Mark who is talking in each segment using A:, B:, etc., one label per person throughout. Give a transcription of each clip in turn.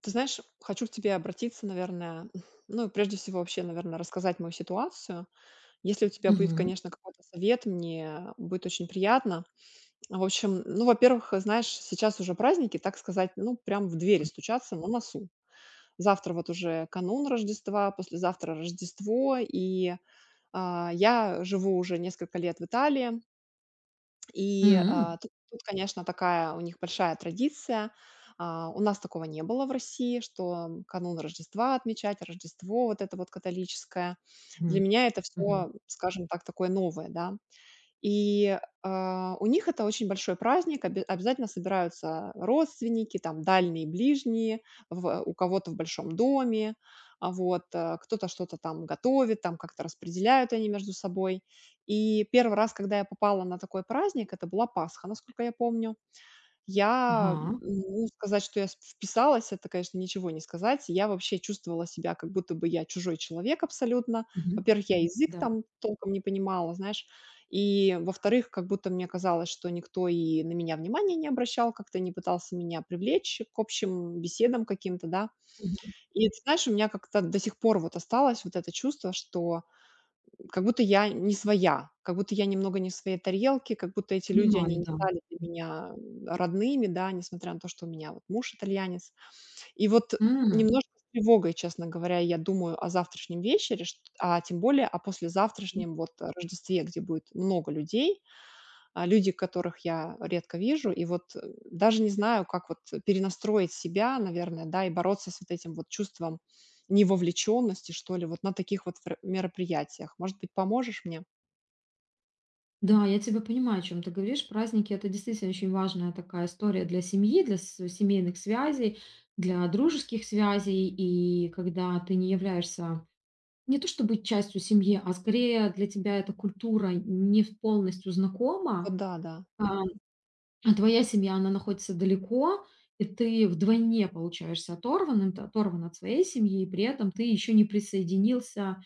A: Ты знаешь, хочу к тебе обратиться, наверное, ну, и прежде всего вообще, наверное, рассказать мою ситуацию. Если у тебя будет,
B: Мгм.
A: конечно, какой-то совет, мне будет очень приятно. В общем, ну, во-первых, знаешь, сейчас уже праздники, так сказать, ну, прям в двери стучатся на носу. Завтра вот уже канун Рождества, послезавтра Рождество, и я живу уже несколько лет в Италии, и,
B: М.
A: тут, конечно, такая у них большая традиция. У нас такого не было в России, что канун Рождества отмечать, Рождество вот это вот католическое. Для
B: Мгм.
A: меня это
B: Мгм.
A: все, скажем так, такое новое, да. И, у них это очень большой праздник, обязательно собираются родственники, там дальние, ближние, в у кого-то в большом доме, а, вот, кто-то что-то там готовит, там как-то распределяют они между собой. И первый раз, когда я попала на такой праздник, это была Пасха, насколько я помню. Я
B: Ага.
A: не могу сказать, что я с вписалась, это, конечно, ничего не сказать. Я вообще чувствовала себя, как будто бы я чужой человек абсолютно.
B: Мгм.
A: Во-первых, я язык
B: Да.
A: там толком не понимала, знаешь. И, во-вторых, как будто мне казалось, что никто и на меня внимания не обращал, как-то не пытался меня привлечь к общим беседам каким-то, да.
B: Мгм.
A: И ты знаешь, у меня как-то до сих пор вот осталось вот это чувство, что как будто я не своя, как будто я немного не в своей тарелке, как будто эти люди, они
B: Понимаю,
A: не
B: да.
A: стали для меня, родными, да, несмотря на то, что у меня вот муж итальянец. И вот
B: М.
A: немножко с тревогой, честно говоря, я думаю о завтрашнем вечере, шт а тем более о послезавтрашнем вот Рождестве, где будет много людей люди, которых я редко вижу. И вот, даже не знаю, как вот перенастроить себя, наверное, да, и бороться с вот этим вот чувством невовлеченности, что ли, вот на таких вот фр мероприятиях. Может быть, поможешь мне?
B: Да, я тебя понимаю, о чем ты говоришь. Праздники- это действительно очень важная такая история для семьи, для с семейных связей, для дружеских связей. И когда ты не являешься не то чтобы частью семьи, а скорее для тебя эта культура не в полностью
A: Вот
B: знакома,
A: да, да,
B: а А твоя семья, она находится далеко, и ты вдвойне получаешься оторванным, ты оторван от своей семьи, и при этом ты еще не присоединился,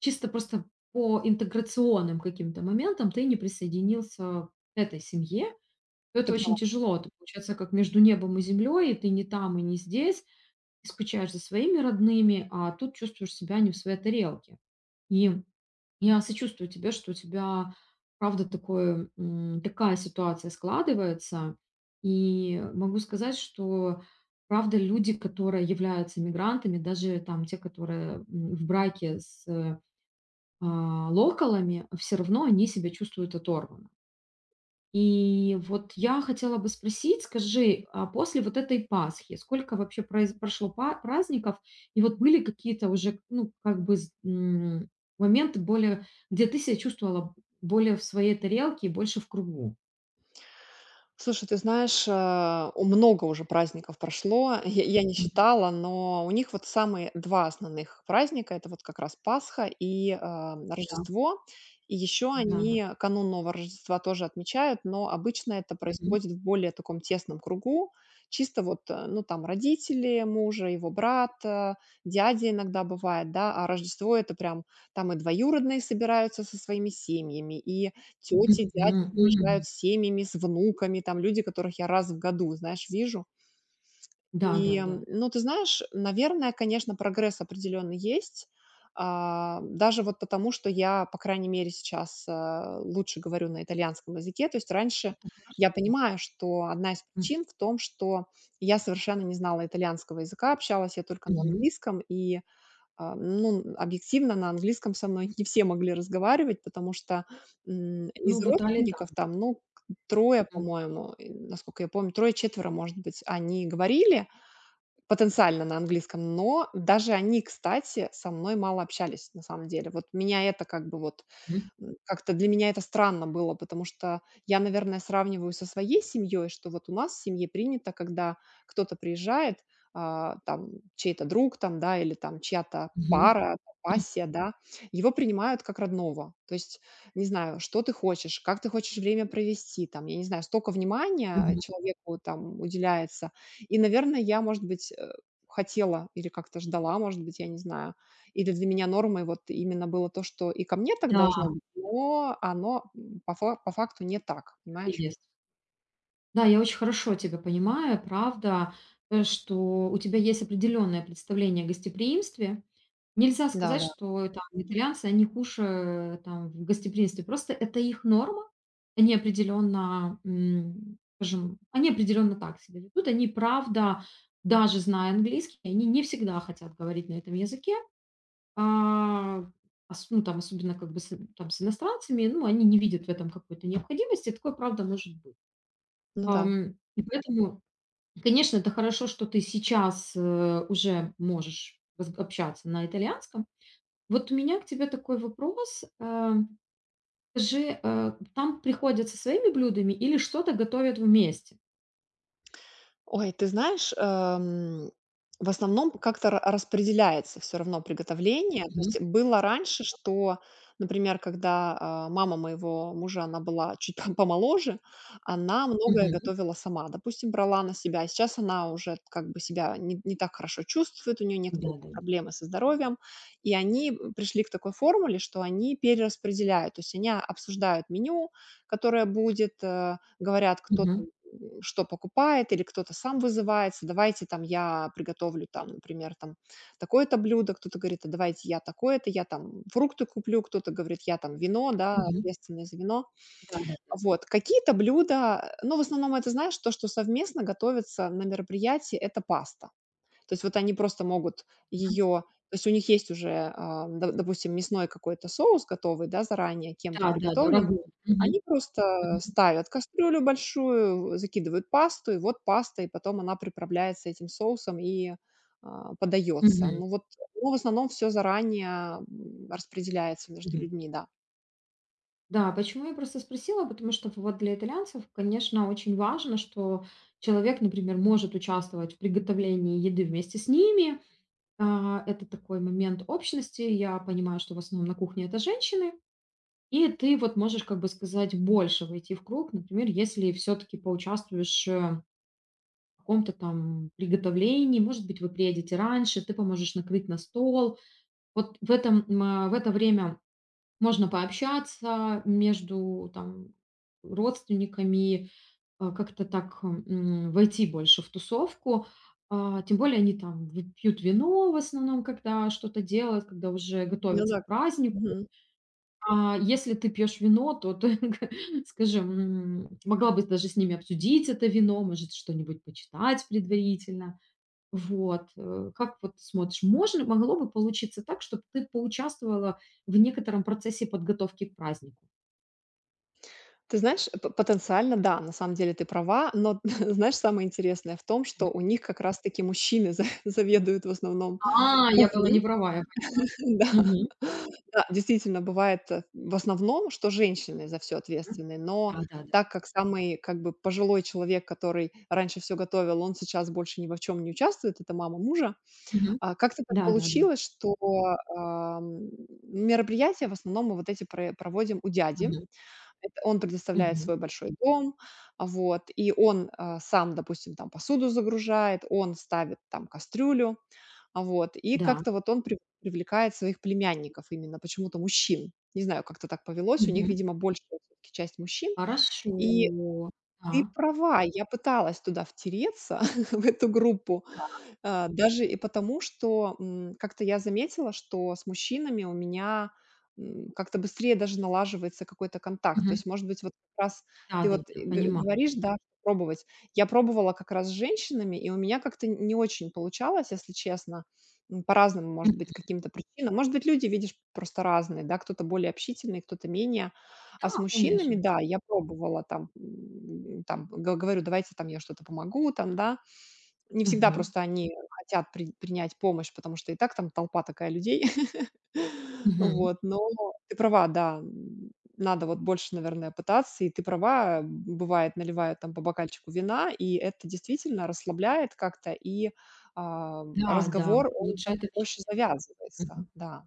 B: чисто просто по интеграционным каким-то моментам ты не присоединился к этой семье. То Это
A: ты
B: очень
A: права.
B: тяжело. Ты, получается, как между небом и землей, и ты не там и не здесь, и скучаешь за своими родными, а тут чувствуешь себя не в своей тарелке. И я сочувствую тебе, что у тебя, правда, такая ситуация складывается. И могу сказать, что, правда, люди, которые являются мигрантами, даже там те, которые в браке с локалами, все равно они себя чувствуют оторванно. И вот я хотела бы спросить, скажи, а после вот этой Пасхи сколько вообще произ прошло па праздников? И вот были какие-то уже, ну, как бы моменты более, где ты себя чувствовала более в своей тарелке и больше в кругу?
A: Слушай, ты знаешь, у много уже праздников прошло. Я не
B: Мгм.
A: считала, но у них вот самые два основных праздника. Это вот как раз Пасха и
B: Да,
A: Рождество. И еще
B: да-да.
A: они канун Нового Рождества тоже отмечают, но обычно это
B: Мгм.
A: происходит в более таком тесном кругу. Чисто вот, ну, там родители мужа, его брат, дядя иногда бывает, да, а Рождество это прям там и двоюродные собираются со своими семьями, и тети дяди
B: Мгм.
A: приезжают
B: Мгм.
A: с семьями, с внуками, там люди, которых я раз в году, знаешь, вижу. И,
B: Да-да-да.
A: ну, ты знаешь, наверное, конечно, прогресс определенно есть. Даже вот потому, что я, по крайней мере, сейчас, лучше говорю на итальянском языке. То есть раньше
B: Хорошо,
A: я
B: да.
A: понимаю, что одна из
B: М.
A: причин в том, что я совершенно не знала итальянского языка, общалась я только на
B: Мгм.
A: английском, и ну, объективно, на английском со мной не все могли разговаривать, потому что,
B: Ну,
A: из
B: вот Али так,
A: родственников
B: да.
A: там, ну, к 3,
B: М.
A: по-моему, и, насколько я помню, трое-четверо, может быть, они говорили потенциально на английском, но даже они, кстати, со мной мало общались на самом деле. Вот меня это как бы вот
B: Мгм.
A: Как-то для меня это странно было, потому что я, наверное, сравниваю со своей семьей, что вот у нас в семье принято, когда кто-то приезжает, там чей-то друг, там, да, или там чья-то
B: Мгм.
A: пара, пассия, да, его принимают как родного. То есть, не знаю, что ты хочешь, как ты хочешь время провести, там, я не знаю, столько внимания
B: Мгм.
A: человеку там уделяется. И, наверное, я, может быть, хотела или как-то ждала, может быть, я не знаю, или для меня нормой вот именно было то, что и ко мне так
B: Да, да,
A: должно быть, но оно, по факту не так,
B: так и
A: понимаешь?
B: есть. Да, я очень хорошо тебя понимаю, правда, что у тебя есть определенное представление о гостеприимстве. Нельзя сказать,
A: Да-да,
B: что там итальянцы, они хуже там в гостеприимстве. Просто это их норма. Они определенно, скажем, они определенно так себя ведут. Они, правда, даже зная английский, они не всегда хотят говорить на этом языке. А, ну, там, особенно как бы там, с иностранцами, ну, они не видят в этом какой-то необходимости. Такое, правда, может быть.
A: ну да.
B: И поэтому конечно, это хорошо, что ты сейчас, уже можешь раз общаться на итальянском. Вот у меня к тебе такой вопрос. Скажи, там приходят со своими блюдами или что-то готовят вместе?
A: Ой, ты знаешь, в основном как-то распределяется все равно приготовление. То
B: Мгм,
A: есть было раньше, что, например, когда мама моего мужа, она была чуть помоложе, она многое
B: мгм.
A: готовила сама. Допустим, брала на себя. И сейчас она уже как бы себя не так хорошо чувствует, у нее некоторые там
B: Да-да.
A: проблемы со здоровьем. И они пришли к такой формуле, что они перераспределяют. То есть они обсуждают меню, которое будет, говорят, кто
B: Мгм,
A: что покупает, или кто-то сам вызывается. Давайте там я приготовлю там, например, там такое-то блюдо, кто-то говорит, а давайте я такое-то, я там фрукты куплю, кто-то говорит, я там вино, да,
B: мгм.
A: ответственное за вино.
B: Да-да-да.
A: Вот, какие-то блюда, ну, в основном это, знаешь, то, что совместно готовится на мероприятии, это паста. То есть вот они просто могут
B: Мгм.
A: ее, то есть у них есть уже, допустим, мясной какой-то соус готовый, да, заранее кем-то
B: Да-да-да,
A: приготовлен,
B: рагу. Мгм,
A: они просто
B: мгм,
A: ставят кастрюлю большую, закидывают пасту, и вот паста, и потом она приправляется этим соусом и, подается.
B: мгм,
A: Ну вот, ну, в основном все заранее, распределяется между
B: мгм.
A: людьми, да.
B: Да, почему я просто спросила, потому что вот для итальянцев, конечно, очень важно, что человек, например, может участвовать в приготовлении еды вместе с ними. А, это такой момент общности. Я понимаю, что в основном на кухне это женщины, и ты вот можешь, как бы сказать, больше войти в круг. Например, если все-таки поучаствуешь в каком-то там приготовлении, может быть, вы приедете раньше, ты поможешь накрыть на стол. Вот в это время можно пообщаться между там, родственниками, как-то так, войти больше в тусовку. А, тем более они там ви пьют вино в основном, когда что-то делают, когда уже
A: Ну
B: готовятся
A: да.
B: к празднику.
A: Мгм.
B: А если ты пьешь вино, то ты, скажем, могла бы даже с ними обсудить это вино, может, что-нибудь почитать предварительно. Вот, как вот ты смотришь, можно могло бы получиться так, чтобы ты поучаствовала в некотором процессе подготовки к празднику?
A: Ты знаешь, п потенциально, да, на самом деле ты права, но знаешь, самое интересное в том, что у них как раз таки мужчины за заведуют в основном
B: А, я была не
A: кухней.
B: права, я поняла.
A: Да, да, действительно, бывает, в основном, что женщины за все
B: Мгм.
A: ответственны, но
B: Да-да-да.
A: так как самый, как бы, пожилой человек, который раньше все готовил, он сейчас больше ни во чем не участвует, это мама мужа.
B: Мгм.
A: Как-то так
B: Да-да-да.
A: получилось, что, ам, мероприятия в основном мы вот эти проводим у дяди.
B: Мгм,
A: Это он предоставляет
B: мгм.
A: свой большой дом, а, вот, и он, сам, допустим, там посуду загружает, он ставит там кастрюлю. А вот, и
B: Да.
A: как-то вот он привлекает своих племянников, именно почему-то мужчин. Не знаю, как-то так повелось. У них,
B: Мгм.
A: видимо, большая всё-таки часть мужчин.
B: Хорошо.
A: И
B: Да,
A: ты права, я пыталась туда втереться, в эту группу,
B: да.
A: даже и потому, что, как-то я заметила, что с мужчинами у меня, как-то быстрее даже налаживается какой-то контакт. То
B: Мгм.
A: есть, может быть, вот как раз ты вот,
B: Да-да-да,
A: г
B: понимаю.
A: говоришь, да, пробовать. Я пробовала как раз с женщинами, и у меня как-то не очень получалось, если честно. По-разному,
B: М,
A: может быть, каким-то причинам. Может быть, люди, видишь, просто разные, да, кто-то более общительный, кто-то менее. А с
B: да,
A: мужчинами,
B: конечно.
A: да, я пробовала там, там г говорю: "Давайте там я что-то помогу", там, да. Не всегда
B: Мгм,
A: просто они хотят принять помощь, потому что и так там толпа такая людей.
B: мгм.
A: Вот, но ты права, да, надо вот больше, наверное, пытаться. И ты права, бывает, наливают там по бокальчику вина, и это действительно расслабляет как-то, и,
B: Да, да,
A: разговор, он
B: улучшает
A: как-то
B: общение.
A: проще завязывается,
B: Мгм.
A: да.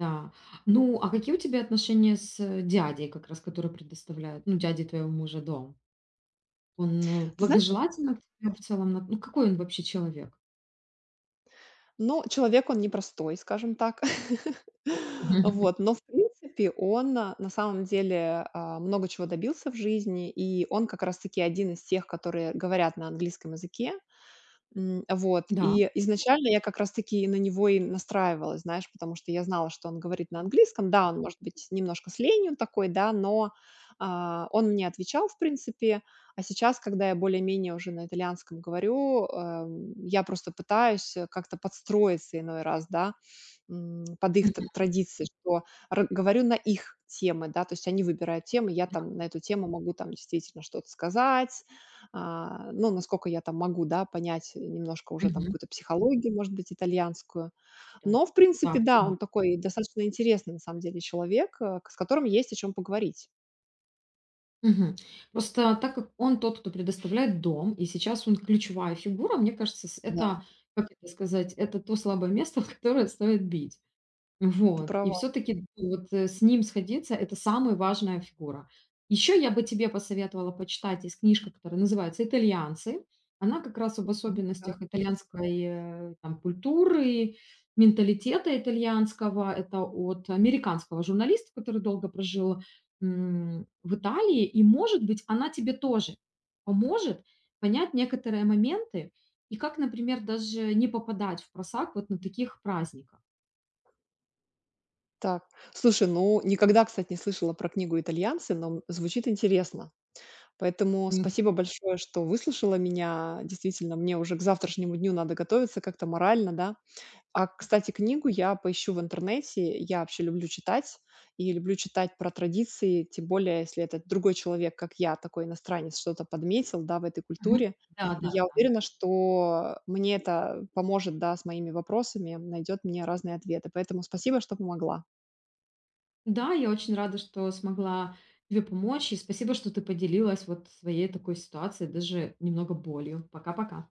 B: Да. Ну, а какие у тебя отношения с, дядей, как раз который предоставляет, ну, дядей твоего мужа, дом? Он,
A: Ты знаешь.
B: благожелательно к тебе в целом какой он вообще человек?
A: Но человек он непростой, скажем так.
B: Мгм.
A: Вот, но в принципе он, на самом деле, много чего добился в жизни, и он как раз таки один из тех, которые говорят на английском языке. Вот.
B: Да.
A: И изначально я как раз таки и на него и настраивалась, знаешь, потому что я знала, что он говорит на английском. Да, он, может быть, немножко с ленью такой, да, но, он мне отвечал, в принципе. А сейчас, когда я более-менее уже на итальянском говорю, я просто пытаюсь, как-то подстроиться иной раз, да. Под их тр
B: Мгм,
A: традиции, что ра говорю на их темы, да, то есть они выбирают темы, я там на эту тему могу там действительно что-то сказать, ну, насколько я там могу, да, понять немножко уже там
B: мгм.
A: какую-то психологию, может быть, итальянскую.
B: Да.
A: Но, в принципе,
B: Да,
A: да,
B: понимаю.
A: он такой достаточно интересный, на самом деле, человек, к с которым есть о чем поговорить.
B: Мгм. Просто так как он тот, кто предоставляет дом, и сейчас он ключевая фигура, мне кажется,
A: Да,
B: это, как это сказать, это то слабое место, в которое стоит бить.
A: ты
B: Вот, и
A: права.
B: все таки вот, с ним сходиться- это самая важная фигура. Еще я бы тебе посоветовала почитать, есть книжка, которая называется "Итальянцы". Она как раз об
A: Мгм. Так
B: особенностях итальянской, там культуры, менталитета итальянского. Это от американского журналиста, который долго прожил, в Италии. И, может быть, она тебе тоже поможет понять некоторые моменты и как, например, даже не попадать в просак вот на таких праздниках.
A: так. Слушай, ну, никогда, кстати, не слышала про книгу "Итальянцы", но, звучит интересно. Поэтому спасибо большое, что выслушала меня. Действительно, мне уже к завтрашнему дню надо готовиться как-то морально, да. А, кстати, книгу я поищу в интернете. Я вообще люблю читать и люблю читать про традиции, тем более, если этот другой человек, как я, такой иностранец, что-то подметил, да, в этой
B: Мгм.
A: культуре.
B: Да,
A: И
B: да.
A: я уверена, что мне это поможет, да, с моими вопросами, найдет мне разные ответы. Поэтому спасибо, что помогла.
B: Да, я очень рада, что смогла тебе помочь, и спасибо, что ты поделилась вот своей такой ситуацией, даже немного болью. Пока-пока.